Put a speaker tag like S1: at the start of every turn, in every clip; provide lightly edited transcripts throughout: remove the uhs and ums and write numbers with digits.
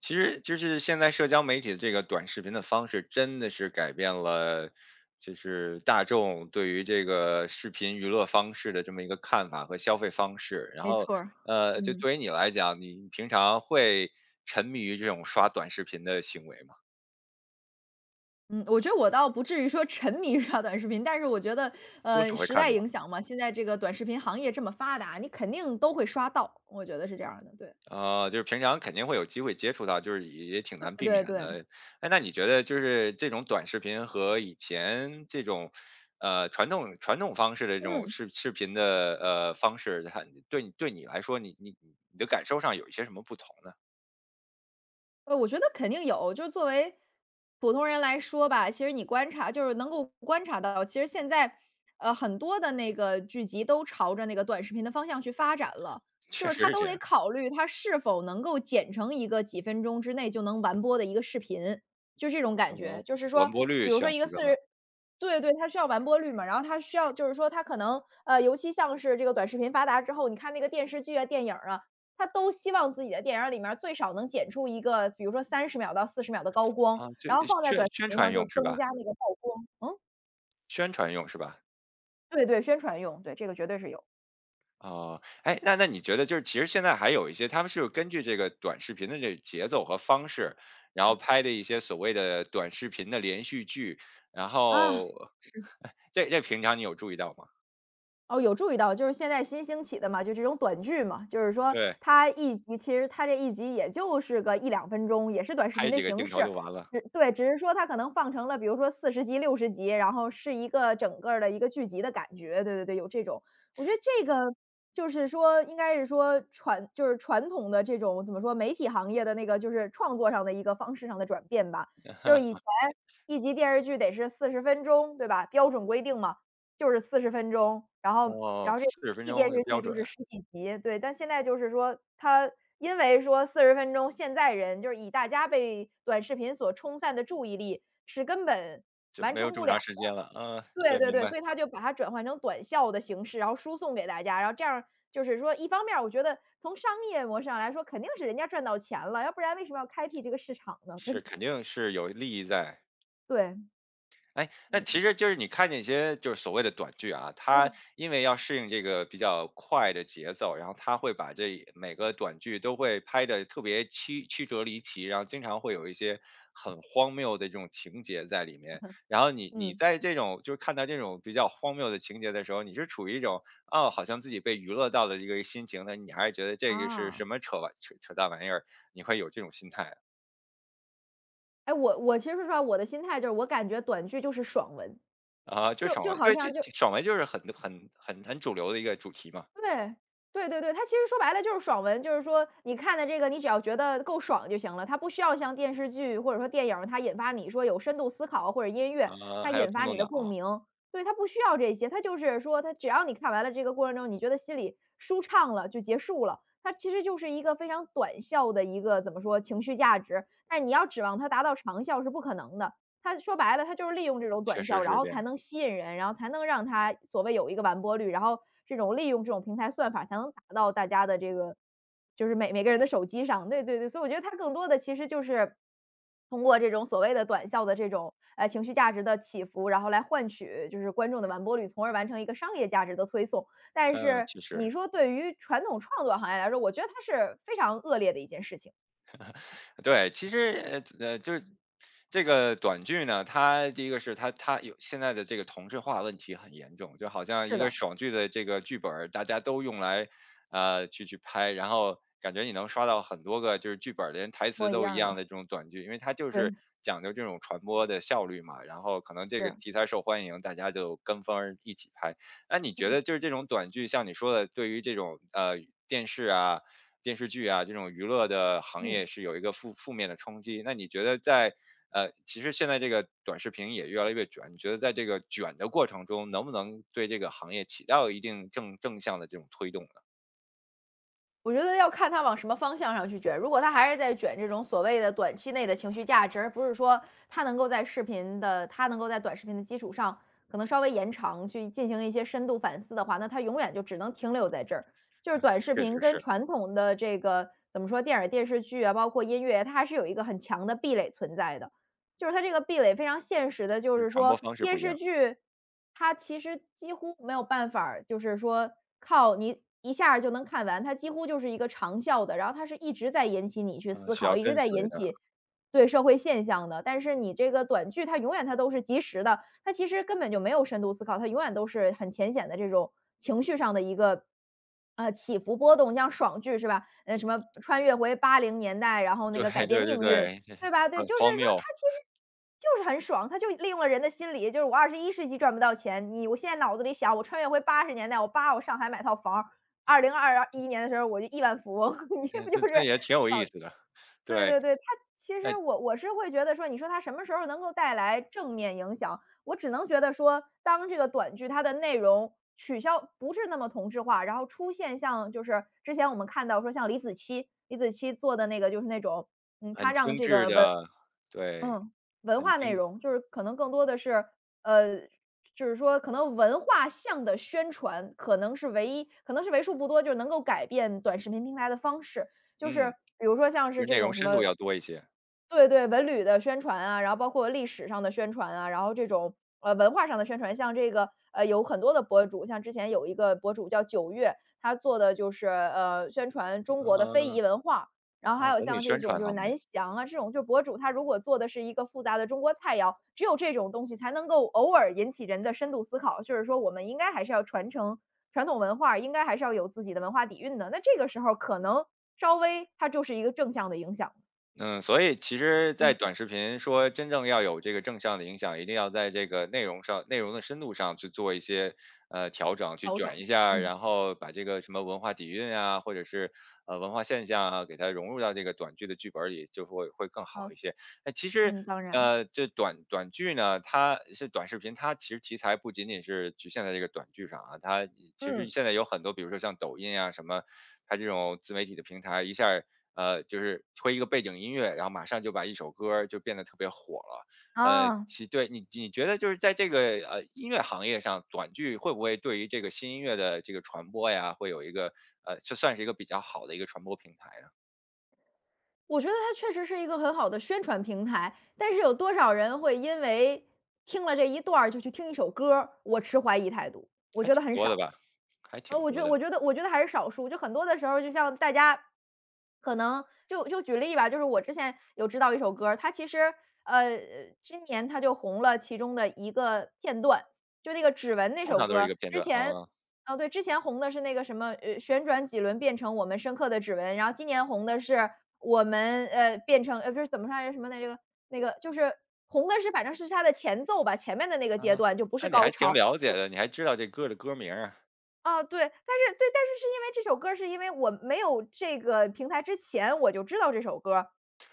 S1: 其实就是现在社交媒体的这个短视频的方式，真的是改变了，就是大众对于这个视频娱乐方式的这么一个看法和消费方式。然
S2: 没
S1: 后，
S2: 错儿，
S1: 就
S2: 嗯
S1: 对于你来讲，你平常会沉迷于这种刷短视频的行为吗？
S2: 嗯，我觉得我倒不至于说沉迷于刷短视频，但是我觉得，
S1: 多少会
S2: 时
S1: 看
S2: 代
S1: 的？
S2: 影响嘛，现在这个短视频行业这么发达，你肯定都会刷到，我觉得是这样的，对，
S1: 啊，就是平常肯定会有机会接触到，就是也挺
S2: 对
S1: 难避免
S2: 对对，
S1: 的。哎，那你觉得就是这种短视频和以前这种，传统方式的这种
S2: 嗯。
S1: 视频的方式，它对你来说，你的感受上有一些什么不同呢？
S2: 我觉得肯定有，就是作为普通人来说吧，其实你观察就是能够观察到，其实现在，很多的那个剧集都朝着那个短视频的方向去发展了，就
S1: 确
S2: 是
S1: 实
S2: 它
S1: 是
S2: 都
S1: 这
S2: 得
S1: 样，
S2: 考虑它是否能够剪成一个几分钟之内就能完播的一个视频，就这种
S1: 啊，
S2: 感觉。就是
S1: 完
S2: 说，
S1: 播率
S2: 比如
S1: 需要
S2: 说一个
S1: 提高
S2: 四十，对对，它需要完播率嘛，然后它需要就是说它可能，尤其像是这个短视频发达之后，你看那个电视剧啊、电影儿啊，他都希望自己的电影儿里面儿最少能剪出一个，比如说30秒到40秒的高光，
S1: 啊，就
S2: 然后放在
S1: 宣
S2: 短视
S1: 宣
S2: 频
S1: 传
S2: 上就
S1: 用是
S2: 增
S1: 吧？
S2: 加那个曝光。嗯，
S1: 宣传用是吧？
S2: 对对，宣传用，对，这个绝对是有。
S1: 哦，哎，那你觉得就是其实现在还有一些，他们是根据这个短视频的这个节奏和方式，然后拍的一些所谓的短视频的连续剧，然
S2: 啊。
S1: 后 这平常你有注意到吗？
S2: 哦，有注意到，就是现在新兴起的嘛，就这种短剧嘛，就是说
S1: 对，
S2: 它一集其实它这一集也就是个一两分钟，也是短视
S1: 拍
S2: 频的
S1: 几个
S2: 形
S1: 镜头就
S2: 式。
S1: 完了。
S2: 只对，只是说它可能放成了比如说40集、60集，然后是一个整个儿的一个剧集的感觉，对对对，有这种。我觉得这个就是说应该是说传就是传统的这种怎么说，媒体行业的那个就是创作上的一个方式上的转变吧。就是以前 一集电视剧得是四十分钟，对吧？标准规定嘛。就是四十分钟，然后
S1: 哦，
S2: 然后这一
S1: 四十分
S2: 季电
S1: 钟是
S2: 视
S1: 标
S2: 剧
S1: 准，
S2: 就是10几集，对。但现在就是说，它因为说四十分钟，现在人就是以大家被短视频所冲散的注意力是根本
S1: 就
S2: 完
S1: 没有
S2: 成
S1: 这
S2: 不
S1: 么
S2: 了。
S1: 长时间了。嗯，
S2: 对
S1: 对，
S2: 对
S1: 明
S2: 对，
S1: 白，
S2: 所以它就把它转换成短效的形式，然后输送给大家。然后这样就是说，一方面儿我觉得从商业模式上来说，肯定是人家赚到钱了，要不然为什么要开辟这个市场呢，对
S1: 是
S2: 吧。
S1: 肯定是有利益在。
S2: 对，
S1: 哎，那
S2: 对的。
S1: 其实就是你看见一些就是所谓的短剧啊，它
S2: 嗯，
S1: 因为要适应这个比较快的节奏，然后它会把这每个短剧都会拍的特别曲曲折离奇，然后经常会有一些很荒谬的这种情节在里面。然后你
S2: 嗯，
S1: 在这种就是看到这种比较荒谬的情节的时候，你是处于一种哦，好像自己被娱乐到的一个心情呢，但你还是觉得这个是
S2: 啊。
S1: 什么扯淡玩意儿，你会有这种心态啊？
S2: 哎，我其实说实话，我的心态就是我感觉短剧就是爽文，
S1: 啊就
S2: 就
S1: 爽
S2: 就
S1: 文，
S2: 好
S1: 对，这
S2: 像就
S1: 这爽文就是很很很很主流的一个主题嘛。
S2: 对，对对对，它其实说白了就是爽文，就是说你看的这个，你只要觉得够爽就行了，它不需要像电视剧或者说电影儿它引发你说有深度思考或者音乐，
S1: 呃，
S2: 它
S1: 还要
S2: 引
S1: 动
S2: 发
S1: 动
S2: 你的
S1: 脑，
S2: 共鸣，对，它不需要这些，它就是说，它只要你看完了这个过程中，你觉得心里舒畅了就结束了。它其实就是一个非常短效的一个怎么说情绪价值，但是你要指望它达到长效是不可能的。他说白了，他就是利用这种
S1: 确
S2: 短
S1: 实
S2: 效，然
S1: 是
S2: 后
S1: 这
S2: 才
S1: 样。
S2: 能吸引人，然后才能让他所谓有一个完播率，然后这种利用这种平台算法才能达到大家的这个就是每个人的手机上。对对对，所以我觉得他更多的其实就是通过这种所谓的短效的这种，情绪价值的起伏，然后来换取就是观众的完播率，从而完成一个商业价值的推送。但
S1: 嗯，
S2: 是
S1: 确实，
S2: 你说对于传统创作行业来说，我觉得它是非常恶劣的一件事情。
S1: 对，其实就是这个短剧呢，它第一个是它有现在的这个同质化问题很严重，就好像
S2: 是
S1: 一个
S2: 的，
S1: 爽剧的这个剧本儿，大家都用来去拍，然后感觉你能刷到很多个就是剧本儿连台
S2: 模
S1: 词
S2: 一
S1: 都
S2: 样
S1: 一
S2: 儿的，
S1: 样的这种短剧，因为它就是
S2: 对，
S1: 讲究这种传播的效率嘛，然后可能这个
S2: 是，
S1: 题材受欢迎，大家就跟风儿一起拍。那你觉得就
S2: 嗯
S1: 是这种短剧，像你说的，对于这种电视啊？电视剧啊这种娱乐的行
S2: 嗯。
S1: 业是有一个负面的冲击。那你觉得在其实现在这个短视频也越来越卷，你觉得在这个卷的过程中，能不能对这个行业起到一定正向的这种推动呢？
S2: 我觉得要看他往什么方向上去卷。如果他还是在卷这种所谓的短期内的情绪价值，而不是说他能够在视频的，他能够在短视频的基础上，可能稍微延长去进行一些深度反思的话，那他永远就只能停留在这儿。就是短视
S1: 确实
S2: 频跟
S1: 是，
S2: 传统的这个怎么说，电影电视剧啊，包括音乐，它还是有一个很强的壁垒存在的。就是它这个壁垒非常现实的，就
S1: 那
S2: 是
S1: 传播
S2: 说
S1: 方式不
S2: 电
S1: 一
S2: 视
S1: 样，
S2: 剧，它其实几乎没有办法儿就是说靠你一下儿就能看完，它几乎就是一个长效的，然后它是一直在引起你去
S1: 嗯，
S2: 思
S1: 需
S2: 考，
S1: 要
S2: 一直
S1: 跟
S2: 在
S1: 随
S2: 引
S1: 的。
S2: 起对社会现象的。但是你这个短剧，它永远它都是及时的，它其实根本就没有深度思考，它永远都是很浅显的这种情绪上的一个。起伏波动，像爽剧是吧？什么穿越回80年代，然后 那
S1: 对
S2: 个改变
S1: 对对
S2: 命运，
S1: 对，
S2: 对吧？对，
S1: 很
S2: 就是
S1: 荒
S2: 说
S1: 谬，
S2: 他其实就是很爽，他就利用了人的心理，就是我21世纪赚不到钱，你我现在脑子里想我穿越回80年代，我扒我上海买套房2021年的时候我就亿万富翁，你这
S1: 嗯
S2: 不就
S1: 这这
S2: 是
S1: 也挺有意思的。
S2: 对
S1: 对，
S2: 对对，他其
S1: 那
S2: 实我是会觉得说，你说他什么时候能够带来正面影响，我只能觉得说，当这个短剧它的内容取消不是那么同质化，然后出现像就是之前我们看到说像李子柒做的那个就是那种，嗯，
S1: 很
S2: 他让
S1: 精
S2: 这
S1: 致
S2: 个文。
S1: 的，对，
S2: 嗯，文
S1: 很
S2: 化内
S1: 精
S2: 容，就是可能更多的是，呃，就是说可能文化向的宣传可能是唯一可能是为数不多，就是能够改变短视频平台的方式。就
S1: 嗯，
S2: 是比如说像
S1: 就
S2: 是
S1: 是
S2: 这
S1: 内容
S2: 种什
S1: 深度
S2: 么
S1: 要多一些。
S2: 对对，文旅的宣传啊，然后包括历史上的宣传啊，然后这种，文化上的宣传，像这个，有很多的博主，像之前有一个博主叫九月，他做的就是，宣传中国的非
S1: 嗯，
S2: 遗文化。然后还
S1: 啊，
S2: 有
S1: 文旅
S2: 像这
S1: 宣
S2: 种
S1: 传
S2: 就是
S1: 方面。
S2: 南翔啊，这种就博主他如果做的是一个复杂的中国菜肴，只有这种东西才能够偶尔引起人的深度思考，就是说我们应该还是要传承传统文化，应该还是要有自己的文化底蕴的。那这个时候可能稍微它就是一个正向的影响，
S1: 嗯，所以其实，在
S2: 嗯。
S1: 短视频说真正要有这个正向的影响，一定要在这个内容上、内容的深度上去做一些调整，去
S2: 调整，
S1: 卷一下
S2: 嗯，
S1: 然后把这个什么文化底蕴啊，或者是文化现象啊，给它融入到这个短剧的剧本里，就会更好
S2: 好，
S1: 一些。哎，其实，
S2: 嗯，当然。
S1: 这短剧呢，它是短视频，它其实题材不仅仅是局限在这个短剧上啊，它其实
S2: 嗯，
S1: 现在有很多，比如说像抖音啊什么，它这种自媒体的平台，一下儿就是推一个背景音乐，然后马上就把一首歌儿就变得特别火了。
S2: 啊，
S1: 其对你觉得就是在这个音乐行业上，短剧会不会对于这个新音乐的这个传播呀，会有一个这算是一个比较好的一个传播平台呢？
S2: 我觉得它确实是一个很好的宣传平台，但是有多少人会因为听了这一段儿就去听一首歌儿，我持怀疑态度，我
S1: 还
S2: 觉
S1: 挺
S2: 得很
S1: 多的
S2: 少。
S1: 吧，还挺多的。
S2: 我觉得还是少数，就很多的时候，就像大家可能就举例吧，就是我之前有知道一首歌儿它其实呃，今年它就红了其中的一个片段，就那个《指纹》那
S1: 通
S2: 首
S1: 常都
S2: 歌
S1: 是一个
S2: 儿
S1: 片
S2: 之
S1: 段，
S2: 前
S1: 啊，
S2: 哦，对，之前红的是那个什么，旋转几轮变成我们深刻的指纹，然后今年红的是我们，变成呃，不是怎么来着，什么来着，那个就是红的是反正是它的前奏吧，前面的那个阶
S1: 啊，
S2: 段就不
S1: 那
S2: 是
S1: 你还
S2: 高
S1: 挺
S2: 潮，
S1: 了解的，你还知道这歌的歌名啊。
S2: 啊，对，但是对，但是是因为这首歌儿是因为我没有这个平台之前我就知道这首歌儿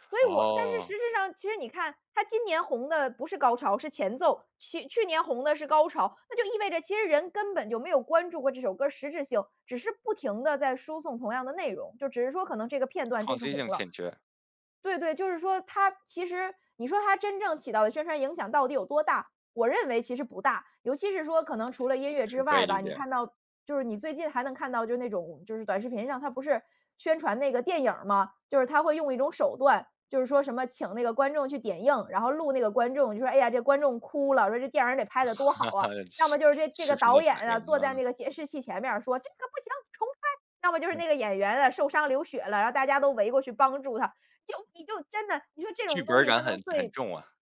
S2: 所以我但是
S1: 哦，
S2: 实质上其实你看它今年红的不是高潮，是前奏，去年红的是高潮，那就意味着其实人根本就没有关注过这首歌儿实质性，只是不停的在输送同样的内容，就只是说可能这个片段就
S1: 创
S2: 是
S1: 新
S2: 红
S1: 性
S2: 了。
S1: 欠缺，
S2: 对对，就是说它其实你说它真正起到的宣传影响到底有多大？我认为其实不大，尤其是说可能除了音乐
S1: 是
S2: 之
S1: 可以
S2: 外
S1: 理
S2: 吧，你
S1: 解，
S2: 看到就是你最近还能看到，就是那种就是短视频上，它不是宣传那个电影儿吗？就是他会用一种手段，就是说什么请那个观众去点映，然后录那个观众，就说哎呀这观众哭了，说这电影儿得拍得多好啊，要
S1: 视
S2: 么就是这这
S1: 视
S2: 个
S1: 频的
S2: 导演
S1: 反
S2: 啊
S1: 应，
S2: 坐
S1: 啊，
S2: 在那个监视器前面儿说这个不行，重拍。要么就是那
S1: 嗯
S2: 个演员啊受伤流血了，然后大家都围过去帮助他，就你就真的，你说这
S1: 剧
S2: 种
S1: 本
S2: 东
S1: 儿
S2: 西
S1: 感
S2: 它
S1: 很
S2: 能
S1: 很
S2: 对
S1: 重啊。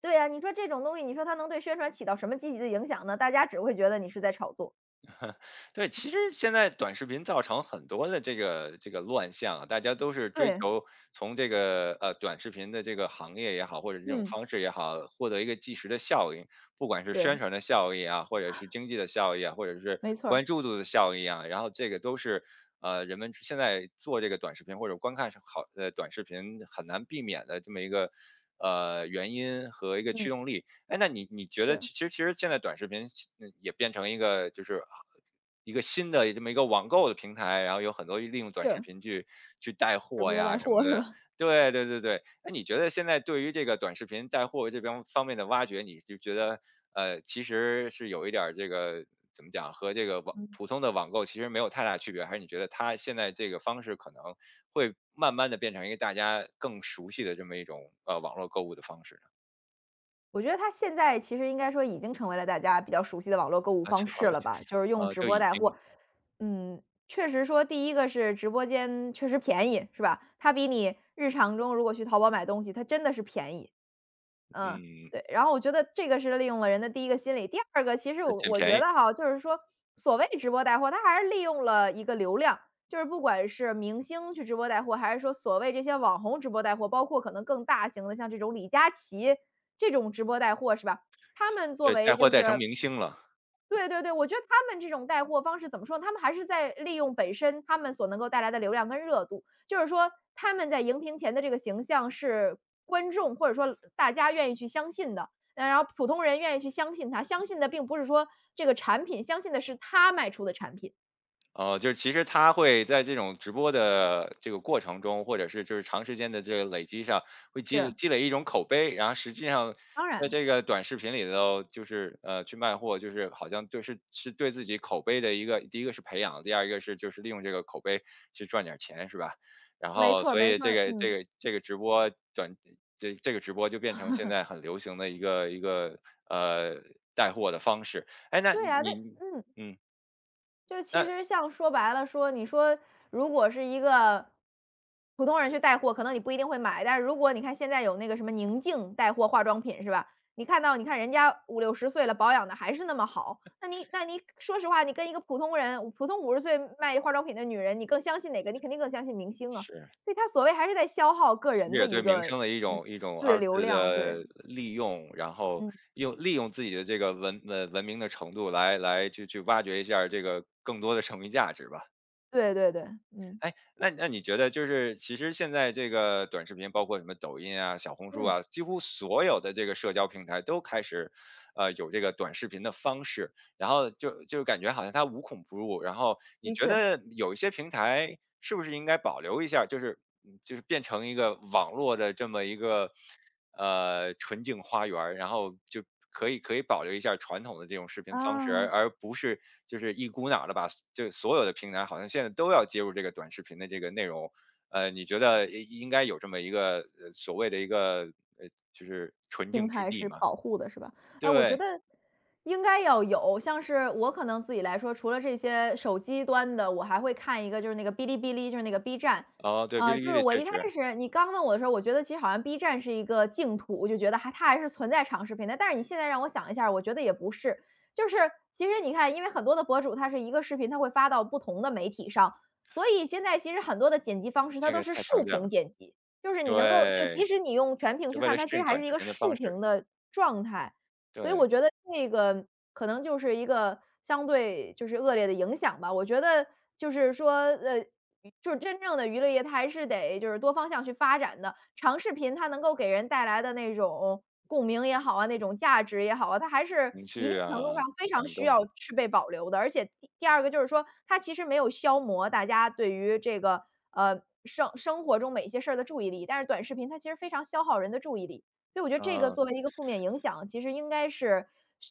S2: 对呀？你说这种东西，你说它能对宣传起到什么积极的影响呢？大家只会觉得你是在炒作。
S1: 对，其实现在短视频造成很多的这个乱象啊，大家都是追
S2: 对，
S1: 求从这个短视频的这个行业也好，或者这种
S2: 嗯，
S1: 方式也好，获得一个即时的效应，不管是宣
S2: 对，
S1: 传的效益啊，或者是经济的效益啊，或者是
S2: 没错儿，
S1: 关注度的效益啊，然后这个都是人们现在做这个短视频或者观看是好短视频很难避免的这么一个。原因和一个驱
S2: 嗯。
S1: 动力，哎，那你觉得
S2: 是，
S1: 其实现在短视频也变成一个就是一个新的这么一个网购的平台，然后有很多利用短视
S2: 是，
S1: 频去带
S2: 直
S1: 货
S2: 播
S1: 呀
S2: 带
S1: 什么
S2: 货是
S1: 的。
S2: 吧？
S1: 对对对对，那你觉得现在对于这个短视频带货这边方面的挖掘，你就觉得其实是有一点儿这个怎么讲，和这个
S2: 嗯，
S1: 普通的网购其实没有太大区别，还是你觉得它现在这个方式可能会慢慢的变成一个大家更熟悉的这么一种网络购物的方式呢？
S2: 我觉得它现在其实应该说已经成为了大家比较熟悉的网络购物
S1: 啊，就
S2: 方式了吧，就是用
S1: 呃
S2: 直
S1: 就
S2: 播
S1: 已
S2: 带
S1: 经
S2: 货。嗯，确实说第一个是直播间确实便宜，是吧？它比你日常中如果去淘宝买东西，它真的是便宜。嗯，
S1: 嗯
S2: 对，然后我觉得这个是利用了人的第一个心理。第二个，其实我
S1: 捡
S2: 我
S1: 便
S2: 觉
S1: 宜，
S2: 得哈，就是说所谓直播带货，它还是利用了一个流量，就是不管是明星去直播带货，还是说所谓这些网红直播带货，包括可能更大型的，像这种李佳琦这种直播带货是吧？他们作
S1: 对，带
S2: 为
S1: 货
S2: 就
S1: 带成
S2: 是
S1: 明星了。
S2: 对对对，我觉得他们这种带货方式怎么说呢他们还是在利用本身他们所能够带来的流量跟热度，就是说他们在荧屏前的这个形象是观众或者说大家愿意去相信的，然后普通人愿意去相信他，相信的并不是说这个产品，相信的是他卖出的产品。
S1: 哦，就是其实他会在这种直播的这个过程中，或者是就是长时间的这个累积上，会积累
S2: 是，
S1: 积累一种口碑，然后实际上
S2: 当
S1: 在
S2: 然，
S1: 这个短视频里头，就是去卖货，就是好像就是是对自己口碑的一个，第一个是培养，第二一个是就是利用这个口碑去赚点钱，是吧？然
S2: 没
S1: 后
S2: 错儿
S1: 所
S2: 没
S1: 以
S2: 错
S1: 这
S2: 儿，
S1: 个这
S2: 嗯，
S1: 个这个直播短这这个直播就变成现在很流行的一个呃带货的方式。哎，那
S2: 对呀，那
S1: 你
S2: 嗯。
S1: 嗯，
S2: 就其实
S1: 那
S2: 像说白了说，你说如果是一个普通人去带货，可能你不一定会买，但是如果你看现在有那个什么宁静带货化妆品是吧？你看到你看人家五六十岁了，保养的还是那么好，那你那你说实话，你跟一个普通人，普通50岁卖化妆品的女人，你更相信哪个？你肯定更相信明星啊。
S1: 是。
S2: 所以他所谓还是在消耗个
S1: 其实
S2: 人的
S1: 也对
S2: 一
S1: 名
S2: 个
S1: 声的一
S2: 嗯，
S1: 种一种
S2: 对，
S1: 二
S2: 流
S1: 次
S2: 量，对，
S1: 的利用，然后
S2: 嗯，
S1: 利用自己的这个文明的程度来来去去挖掘一下儿这个更多的剩余价值吧。
S2: 对对对，嗯，
S1: 那你觉得就是其实现在这个短视频，包括什么抖音啊、小红书
S2: 嗯，
S1: 啊，几乎所有的这个社交平台都开始，有这个短视频的方式。然后就感觉好像它无孔不入。然后你
S2: 的
S1: 觉
S2: 确，
S1: 得有一些平台是不是应该保留一下，就是就是变成一个网络的这么一个纯净花园儿，然后就可以保留一下传统的这种视频方式，而
S2: 啊。
S1: 而不是就是一股脑的把就所有的平台好像现在都要接入这个短视频的这个内容。你觉得应该有这么一个所谓的一个就是纯
S2: 平
S1: 净之
S2: 台
S1: 地
S2: 是
S1: 吗？
S2: 保护的是吧？哎，我觉
S1: 对，
S2: 得应该要有，像是我可能自己来说，除了这些手机端的，我还会看一个就是那个哔哩哔哩，就是那个 B 站。
S1: 哦，对，哔哩
S2: 就
S1: 哔
S2: 是
S1: 哩
S2: 我
S1: 确
S2: 一开
S1: 实
S2: 始你刚问我的时候，我觉得其实好像 B 站是一个净土，我就觉得还它还是存在长视频的。但是你现在让我想一下我觉得也不是，就是其实你看，因为很多的博主他是一个视频，他会发到不同的媒体上，所以现在其实很多的剪辑方式
S1: 这
S2: 它都
S1: 个
S2: 是
S1: 太常
S2: 竖
S1: 见了。
S2: 屏剪辑。就是你能够就即
S1: 对，
S2: 使你用全屏
S1: 就
S2: 去
S1: 为
S2: 看，
S1: 了
S2: 它其
S1: 适
S2: 实
S1: 应
S2: 还
S1: 短
S2: 是一
S1: 视
S2: 个
S1: 频的方
S2: 竖
S1: 式，
S2: 屏的状态，所以
S1: 对，
S2: 我觉得这个可能就是一个相对就是恶劣的影响吧。我觉得就是说，就是真正的娱乐业，它还是得就是多方向去发展的。长视频它能够给人带来的那种共鸣也好啊，那种价值也好啊，它还是
S1: 情
S2: 一定
S1: 绪
S2: 程度
S1: 啊，
S2: 上非常
S1: 感
S2: 需
S1: 动，
S2: 要去被保留的。而且第二个就是说，它其实没有消磨大家对于这个生活中每一些事儿的注意力，但是短视频它其实非常消耗人的注意力。所以我觉得这个
S1: 嗯。
S2: 作为一个负面影响，其实应该是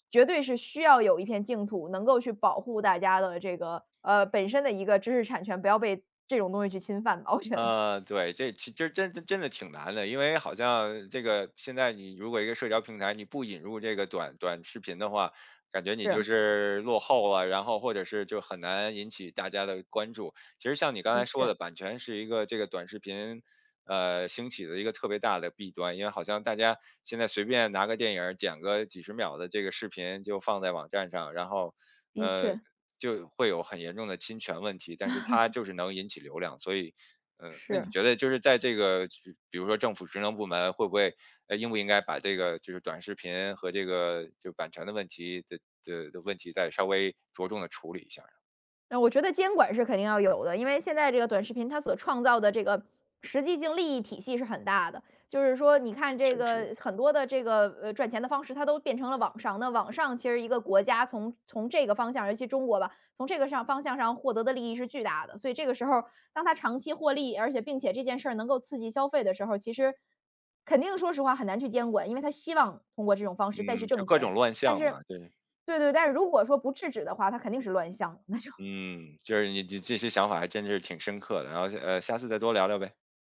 S2: 绝对是需要有一片净土，能够去保护大家的这个，本身的一个知识产权，不要被这种东西去侵犯吧，我觉得。
S1: 对，这其实真真真的挺难的，因为好像这个现在你如果一个社交平台你不引入这个短视频的话，感觉你就
S2: 是，
S1: 是落后了，然后或者是就很难引起大家的关注。其实像你刚
S2: 的
S1: 才说
S2: 确，
S1: 的，版权是一个这个短视频。兴起的一个特别大的弊端，因为好像大家现在随便拿个电影儿剪个几十秒的这个视频就放在网站上，然后，
S2: 的
S1: 呃，
S2: 确，
S1: 就会有很严重的侵权问题，但是它就是能引起流量，所以那你
S2: 是。
S1: 觉得就是在这个，就比如说政府职能部门会不会，应不应该把这个就是短视频和这个就版权的问题再稍微着重的处理一下儿？
S2: 那我觉得监管是肯定要有的，因为现在这个短视频它所创造的这个实际性利益体系是很大的。就是说，你看
S1: 确
S2: 这
S1: 实，
S2: 个很多的这个赚钱的方式，它都变成了网上。那网上其实一个国家从这个方向，尤其中国吧，从这个上方向上获得的利益是巨大的。所以这个时候，当它长期获利，而且并且这件事儿能够刺激消费的时候，其实肯定说实话很难去监管，因为他希望通过这种方式再
S1: 嗯，
S2: 去
S1: 就
S2: 挣
S1: 各种
S2: 钱。
S1: 乱
S2: 但
S1: 象
S2: 是，
S1: 嘛，对，
S2: 对对，但是如果说不制止的话，它肯定是乱象，那就
S1: 嗯，就是你这些想法还真是挺深刻的，然后下次再多聊聊呗。